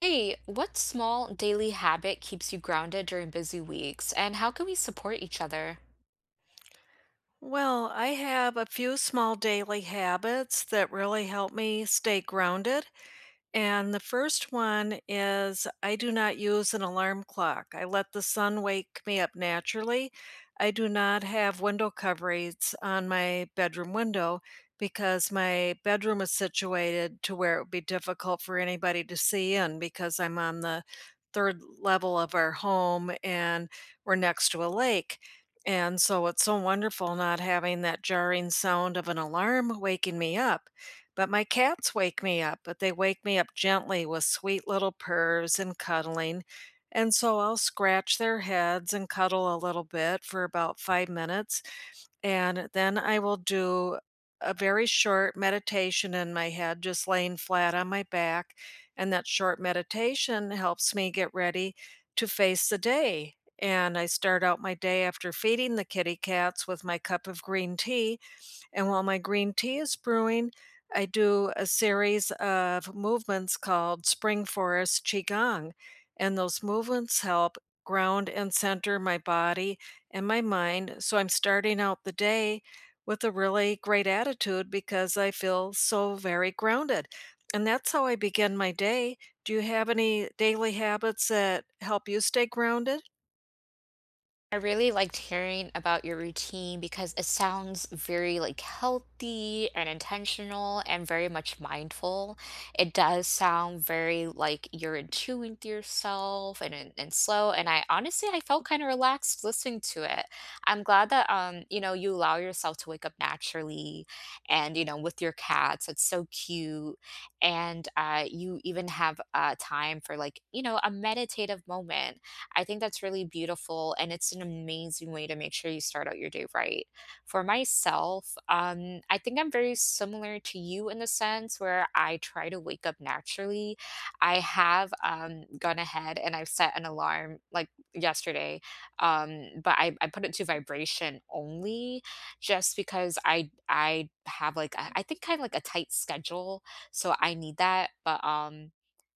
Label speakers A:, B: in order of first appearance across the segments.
A: Hey, what small daily habit keeps you grounded during busy weeks, and how can we support each other?
B: Well, I have a few small daily habits that really help me stay grounded. And the first one is I do not use an alarm clock. I let the sun wake me up naturally. I do not have window coverings on my bedroom window because my bedroom is situated to where it would be difficult for anybody to see in because I'm on the third level of our home and we're next to a lake. And so it's so wonderful not having that jarring sound of an alarm waking me up, but my cats wake me up, but they wake me up gently with sweet little purrs and cuddling. And so I'll scratch their heads and cuddle a little bit for about 5 minutes. And then I will do a very short meditation in my head, just laying flat on my back. And that short meditation helps me get ready to face the day. And I start out my day after feeding the kitty cats with my cup of green tea, and while my green tea is brewing, I do a series of movements called Spring Forest Qigong. And those movements help ground and center my body and my mind. So I'm starting out the day with a really great attitude because I feel so very grounded. And that's how I begin my day. Do you have any daily habits that help you stay grounded?
A: I really liked hearing about your routine because it sounds very like healthy and intentional and very much mindful. It does sound very like you're in tune with yourself and slow. And I honestly I felt kind of relaxed listening to it. I'm glad that you know, you allow yourself to wake up naturally and you know, with your cats. It's so cute. And you even have time for like, you know, a meditative moment. I think that's really beautiful, and it's an amazing way to make sure you start out your day right. For myself, I think I'm very similar to you in the sense where I try to wake up naturally. I have gone ahead and I've set an alarm like yesterday, but I put it to vibration only just because I have like a, I think kind of like a tight schedule, so I need that.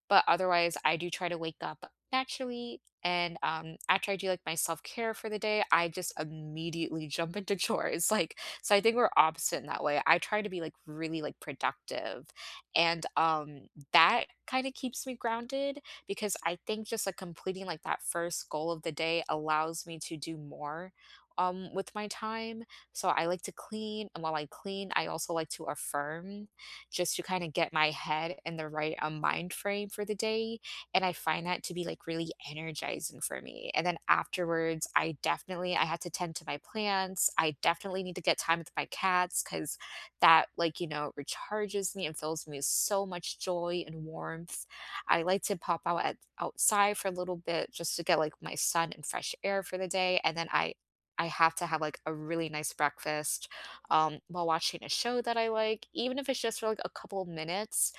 A: But otherwise, I do try to wake up naturally, and, after I do, like, my self-care for the day, I just immediately jump into chores, like so I think we're opposite in that way. I try to be, like, really, like, productive, and, that kinda keeps me grounded because I think just, like, completing, like, that first goal of the day allows me to do more, with my time. So I like to clean, and while I clean, I also like to affirm just to kind of get my head in the right mind frame for the day. And I find that to be like really energizing for me. And then afterwards, I definitely I had to tend to my plants. I definitely need to get time with my cats because that like you know recharges me and fills me with so much joy and warmth. I like to pop out at outside for a little bit just to get like my sun and fresh air for the day. And then I have to have like a really nice breakfast while watching a show that I like, even if it's just for like a couple minutes.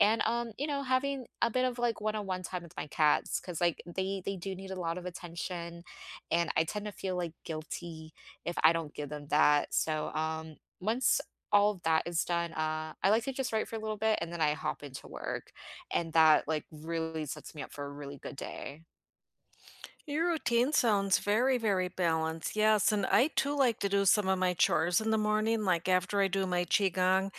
A: And you know, having a bit of like one-on-one time with my cats because like they do need a lot of attention, and I tend to feel like guilty if I don't give them that. So once all of that is done, I like to just write for a little bit and then I hop into work, and that like really sets me up for a really good day.
B: Your routine sounds very, very balanced. Yes, and I too like to do some of my chores in the morning, like after I do my qigong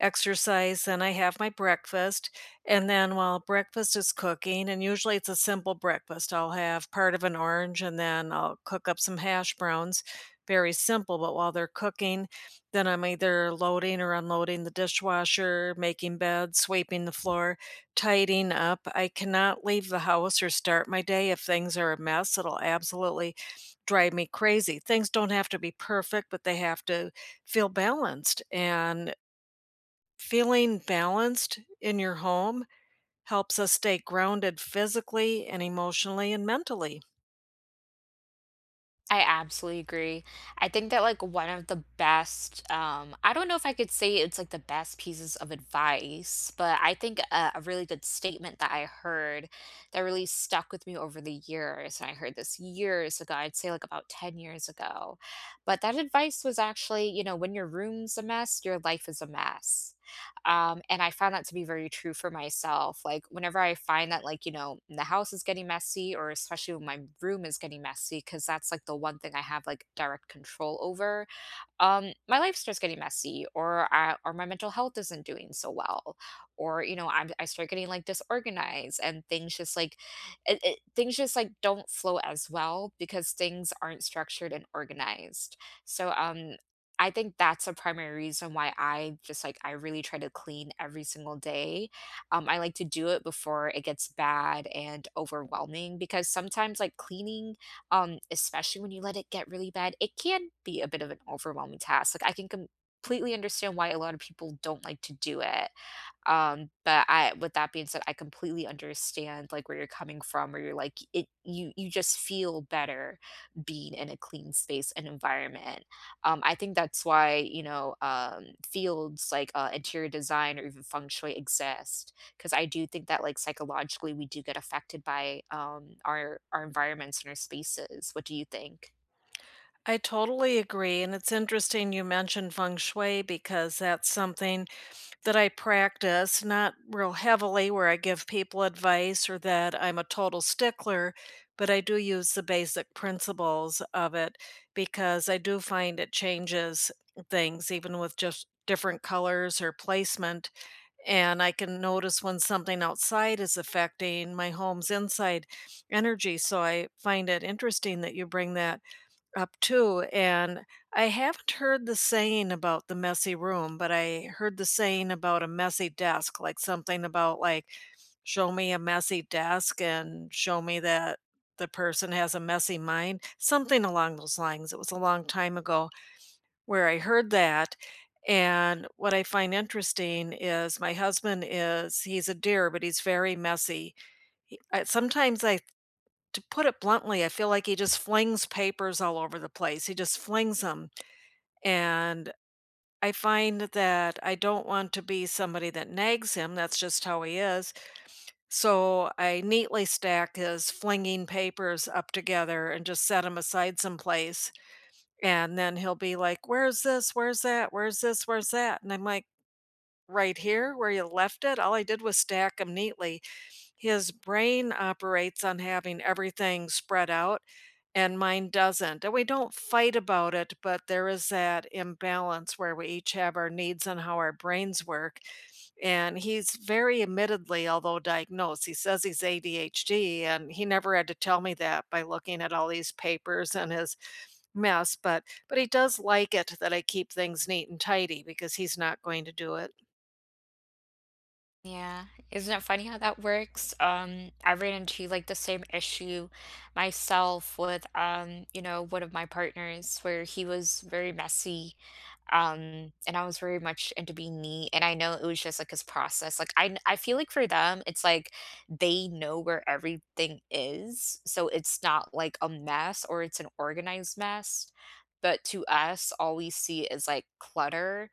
B: exercise, then I have my breakfast, and then while breakfast is cooking, and usually it's a simple breakfast, I'll have part of an orange and then I'll cook up some hash browns. Very simple, but while they're cooking, then I'm either loading or unloading the dishwasher, making beds, sweeping the floor, tidying up. I cannot leave the house or start my day if things are a mess. It'll absolutely drive me crazy. Things don't have to be perfect, but they have to feel balanced. And feeling balanced in your home helps us stay grounded physically and emotionally and mentally.
A: I absolutely agree. I think that like one of the best, I don't know if I could say it's like the best pieces of advice, but I think a really good statement that I heard that really stuck with me over the years, and I heard this years ago, I'd say like about 10 years ago. But that advice was actually, you know, when your room's a mess, your life is a mess. And I found that to be very true for myself. Like, whenever I find that, like, you know, the house is getting messy, or especially when my room is getting messy, because that's like the one thing I have like direct control over my life starts getting messy or my mental health isn't doing so well or you know I start getting like disorganized and things just like things just like don't flow as well because things aren't structured and organized so um I think that's a primary reason why I just like I really try to clean every single day I like to do it before it gets bad and overwhelming because sometimes like cleaning especially when you let it get really bad, it can be a bit of an overwhelming task. Like, I can completely understand why a lot of people don't like to do it. But I with that being said, I completely understand, like, where you're coming from, where you're like, it you just feel better being in a clean space and environment. I think that's why, you know, fields like interior design or even feng shui exist, because I do think that, like, psychologically, we do get affected by our environments and our spaces. What do you think?
B: I totally agree. And it's interesting you mentioned feng shui because that's something that I practice, not real heavily where I give people advice or that I'm a total stickler, but I do use the basic principles of it because I do find it changes things even with just different colors or placement. And I can notice when something outside is affecting my home's inside energy. So I find it interesting that you bring that up too, and I haven't heard the saying about the messy room, but I heard the saying about a messy desk, like something about like, "Show me a messy desk and show me that the person has a messy mind," something along those lines. It was a long time ago where I heard that, and what I find interesting is my husband is he's a dear, but he's very messy. He I sometimes I to put it bluntly, I feel like he just flings papers all over the place. He just flings them. And I find that I don't want to be somebody that nags him. That's just how he is. So I neatly stack his flinging papers up together and just set them aside someplace. And then he'll be like, "Where's this? Where's that? Where's this? Where's that?" And I'm like, "Right here where you left it. All I did was stack them neatly." His brain operates on having everything spread out, and mine doesn't. And we don't fight about it, but there is that imbalance where we each have our needs and how our brains work. And he's very admittedly, although diagnosed, he says he's ADHD, and he never had to tell me that by looking at all these papers and his mess, but he does like it that I keep things neat and tidy because he's not going to do it.
A: Yeah, isn't it funny how that works? I ran into like the same issue myself with you know, one of my partners where he was very messy, and I was very much into being neat, and I know it was just like his process. Like I feel like for them, it's like they know where everything is, so it's not like a mess or it's an organized mess. But to us, all we see is like clutter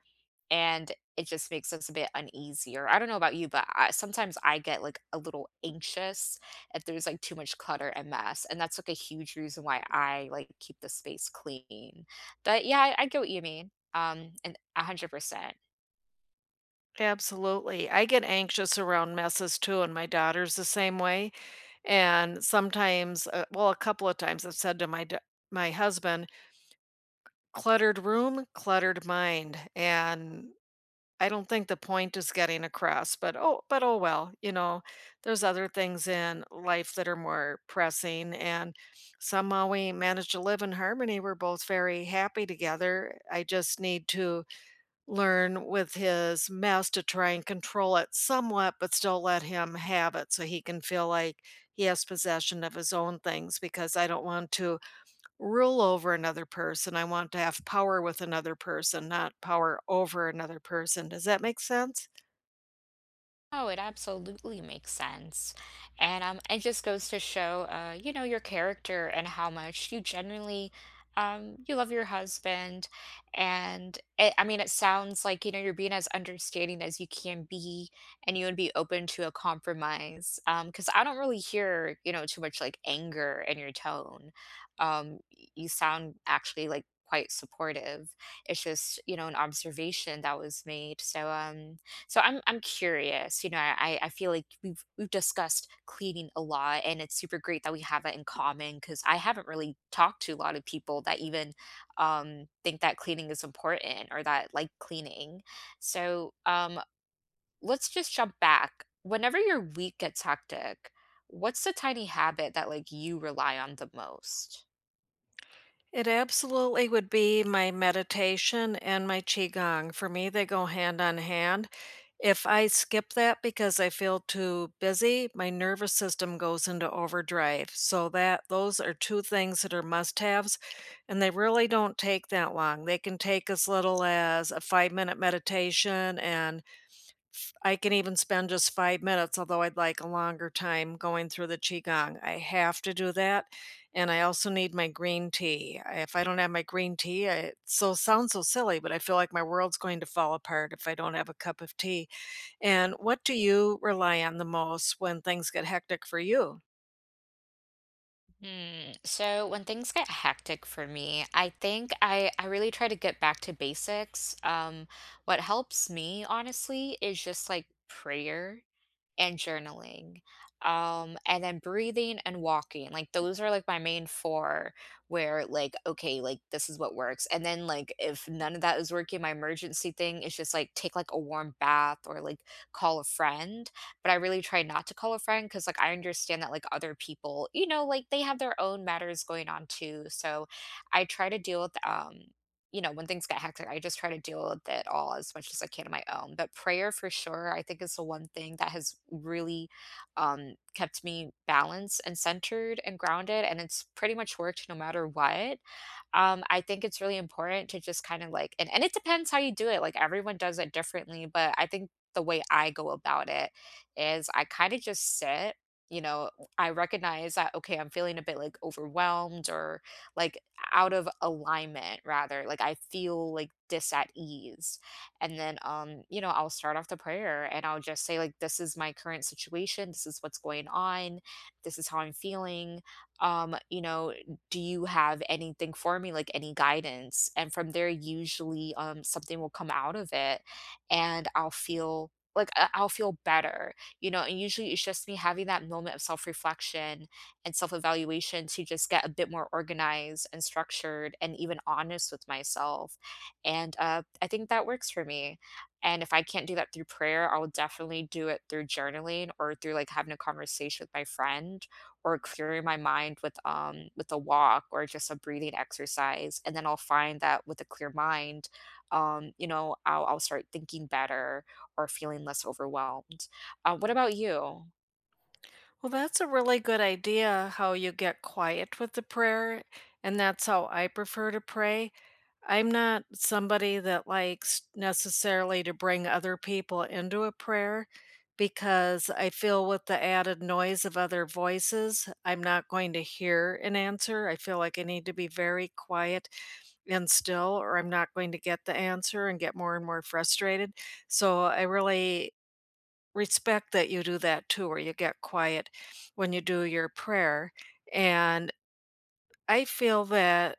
A: and it just makes us a bit uneasier. I don't know about you, but sometimes I get like a little anxious if there's like too much clutter and mess, and that's like a huge reason why I like keep the space clean. But yeah, I get what you mean. And 100%.
B: Absolutely. I get anxious around messes too, and my daughter's the same way. And sometimes, well, a couple of times I've said to my my husband, cluttered room, cluttered mind. And I don't think the point is getting across, but oh well, there's other things in life that are more pressing. And somehow we managed to live in harmony. We're both very happy together. I just need to learn with his mess to try and control it somewhat, but still let him have it so he can feel like he has possession of his own things because I don't want to rule over another person. I want to have power with another person, not power over another person. Does that make sense?
A: Oh, it absolutely makes sense. And it just goes to show, you know, your character and how much you genuinely, you love your husband. And it, I mean, it sounds like, you know, you're being as understanding as you can be and you would be open to a compromise. Because I don't really hear, you know, too much like anger in your tone. You sound actually like quite supportive. It's just, you know, an observation that was made. So, so I'm curious, you know, I feel like we've discussed cleaning a lot and it's super great that we have that in common cuz I haven't really talked to a lot of people that even think that cleaning is important or that like cleaning. So, let's just jump back. Whenever your week gets hectic, what's the tiny habit that like you rely on the most?
B: It absolutely would be my meditation and my qigong. For me, they go hand on hand. If I skip that because I feel too busy, my nervous system goes into overdrive. So that those are two things that are must-haves, and they really don't take that long. They can take as little as a 5-minute meditation, and I can even spend just 5 minutes, although I'd like a longer time going through the Qigong. I have to do that. And I also need my green tea. If I don't have my green tea, it so sounds so silly, but I feel like my world's going to fall apart if I don't have a cup of tea. And what do you rely on the most when things get hectic for you?
A: Mm, so when things get hectic for me, I think I really try to get back to basics. What helps me, honestly, is just like prayer and journaling. And then breathing and walking. Like those are like my main four where like, okay, like this is what works. And then like if none of that is working, my emergency thing is just like take like a warm bath or like call a friend. But I really try not to call a friend because like I understand that like other people, you know, like they have their own matters going on too. So I try to deal with you know, when things get hectic, I just try to deal with it all as much as I can on my own. But prayer for sure, I think is the one thing that has really kept me balanced and centered and grounded. And it's pretty much worked no matter what. I think it's really important to just kind of like and it depends how you do it, like, everyone does it differently, but I think the way I go about it is I kinda just sit, you know, I recognize that, okay, I'm feeling a bit, like, overwhelmed or, like, out of alignment rather, like, I feel, like, dis at ease, and then, you know, I'll start off the prayer and I'll just say, like, "This is my current situation, this is what's going on, this is how I'm feeling," you know, do you have anything for me, like any guidance? And from there, usually something will come out of it and I'll feel like I'll feel better, you know, and usually it's just me having that moment of self reflection and self evaluation to just get a bit more organized and structured and even honest with myself. And I think that works for me. And if I can't do that through prayer, I will definitely do it through journaling or through like having a conversation with my friend or clearing my mind with a walk or just a breathing exercise and then I'll find that with a clear mind you know I'll start thinking better or feeling less overwhelmed. What about you?
B: Well, that's a really good idea how you get quiet with the prayer. And that's how I prefer to pray. I'm not somebody that likes necessarily to bring other people into a prayer because I feel with the added noise of other voices, I'm not going to hear an answer. I feel like I need to be very quiet and still, or I'm not going to get the answer and get more and more frustrated. So I really respect that you do that too, or you get quiet when you do your prayer. And I feel that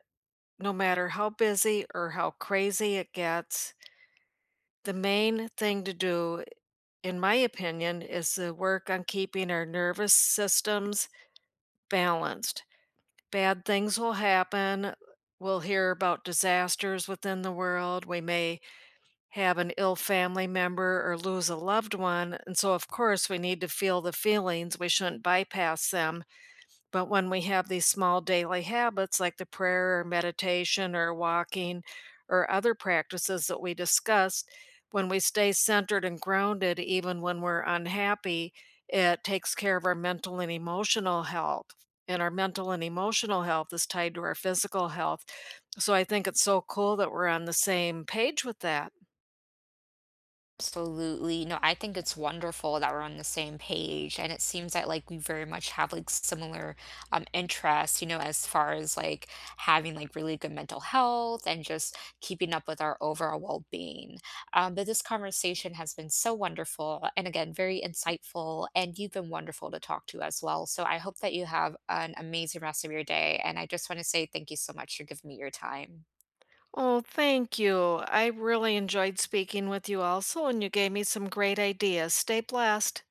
B: no matter how busy or how crazy it gets, the main thing to do, in my opinion, is to work on keeping our nervous systems balanced. Bad things will happen. We'll hear about disasters within the world. We may have an ill family member or lose a loved one. And so, of course, we need to feel the feelings. We shouldn't bypass them. But when we have these small daily habits like the prayer or meditation or walking or other practices that we discussed, when we stay centered and grounded, even when we're unhappy, it takes care of our mental and emotional health. And our mental and emotional health is tied to our physical health. So I think it's so cool that we're on the same page with that.
A: Absolutely. No, I think it's wonderful that we're on the same page, and it seems that like we very much have like similar interests, you know, as far as like having like really good mental health and just keeping up with our overall well-being. But this conversation has been so wonderful and again very insightful, and you've been wonderful to talk to as well. So I hope that you have an amazing rest of your day, and I just want to say thank you so much for giving me your time.
B: Oh, thank you. I really enjoyed speaking with you also, and you gave me some great ideas. Stay blessed.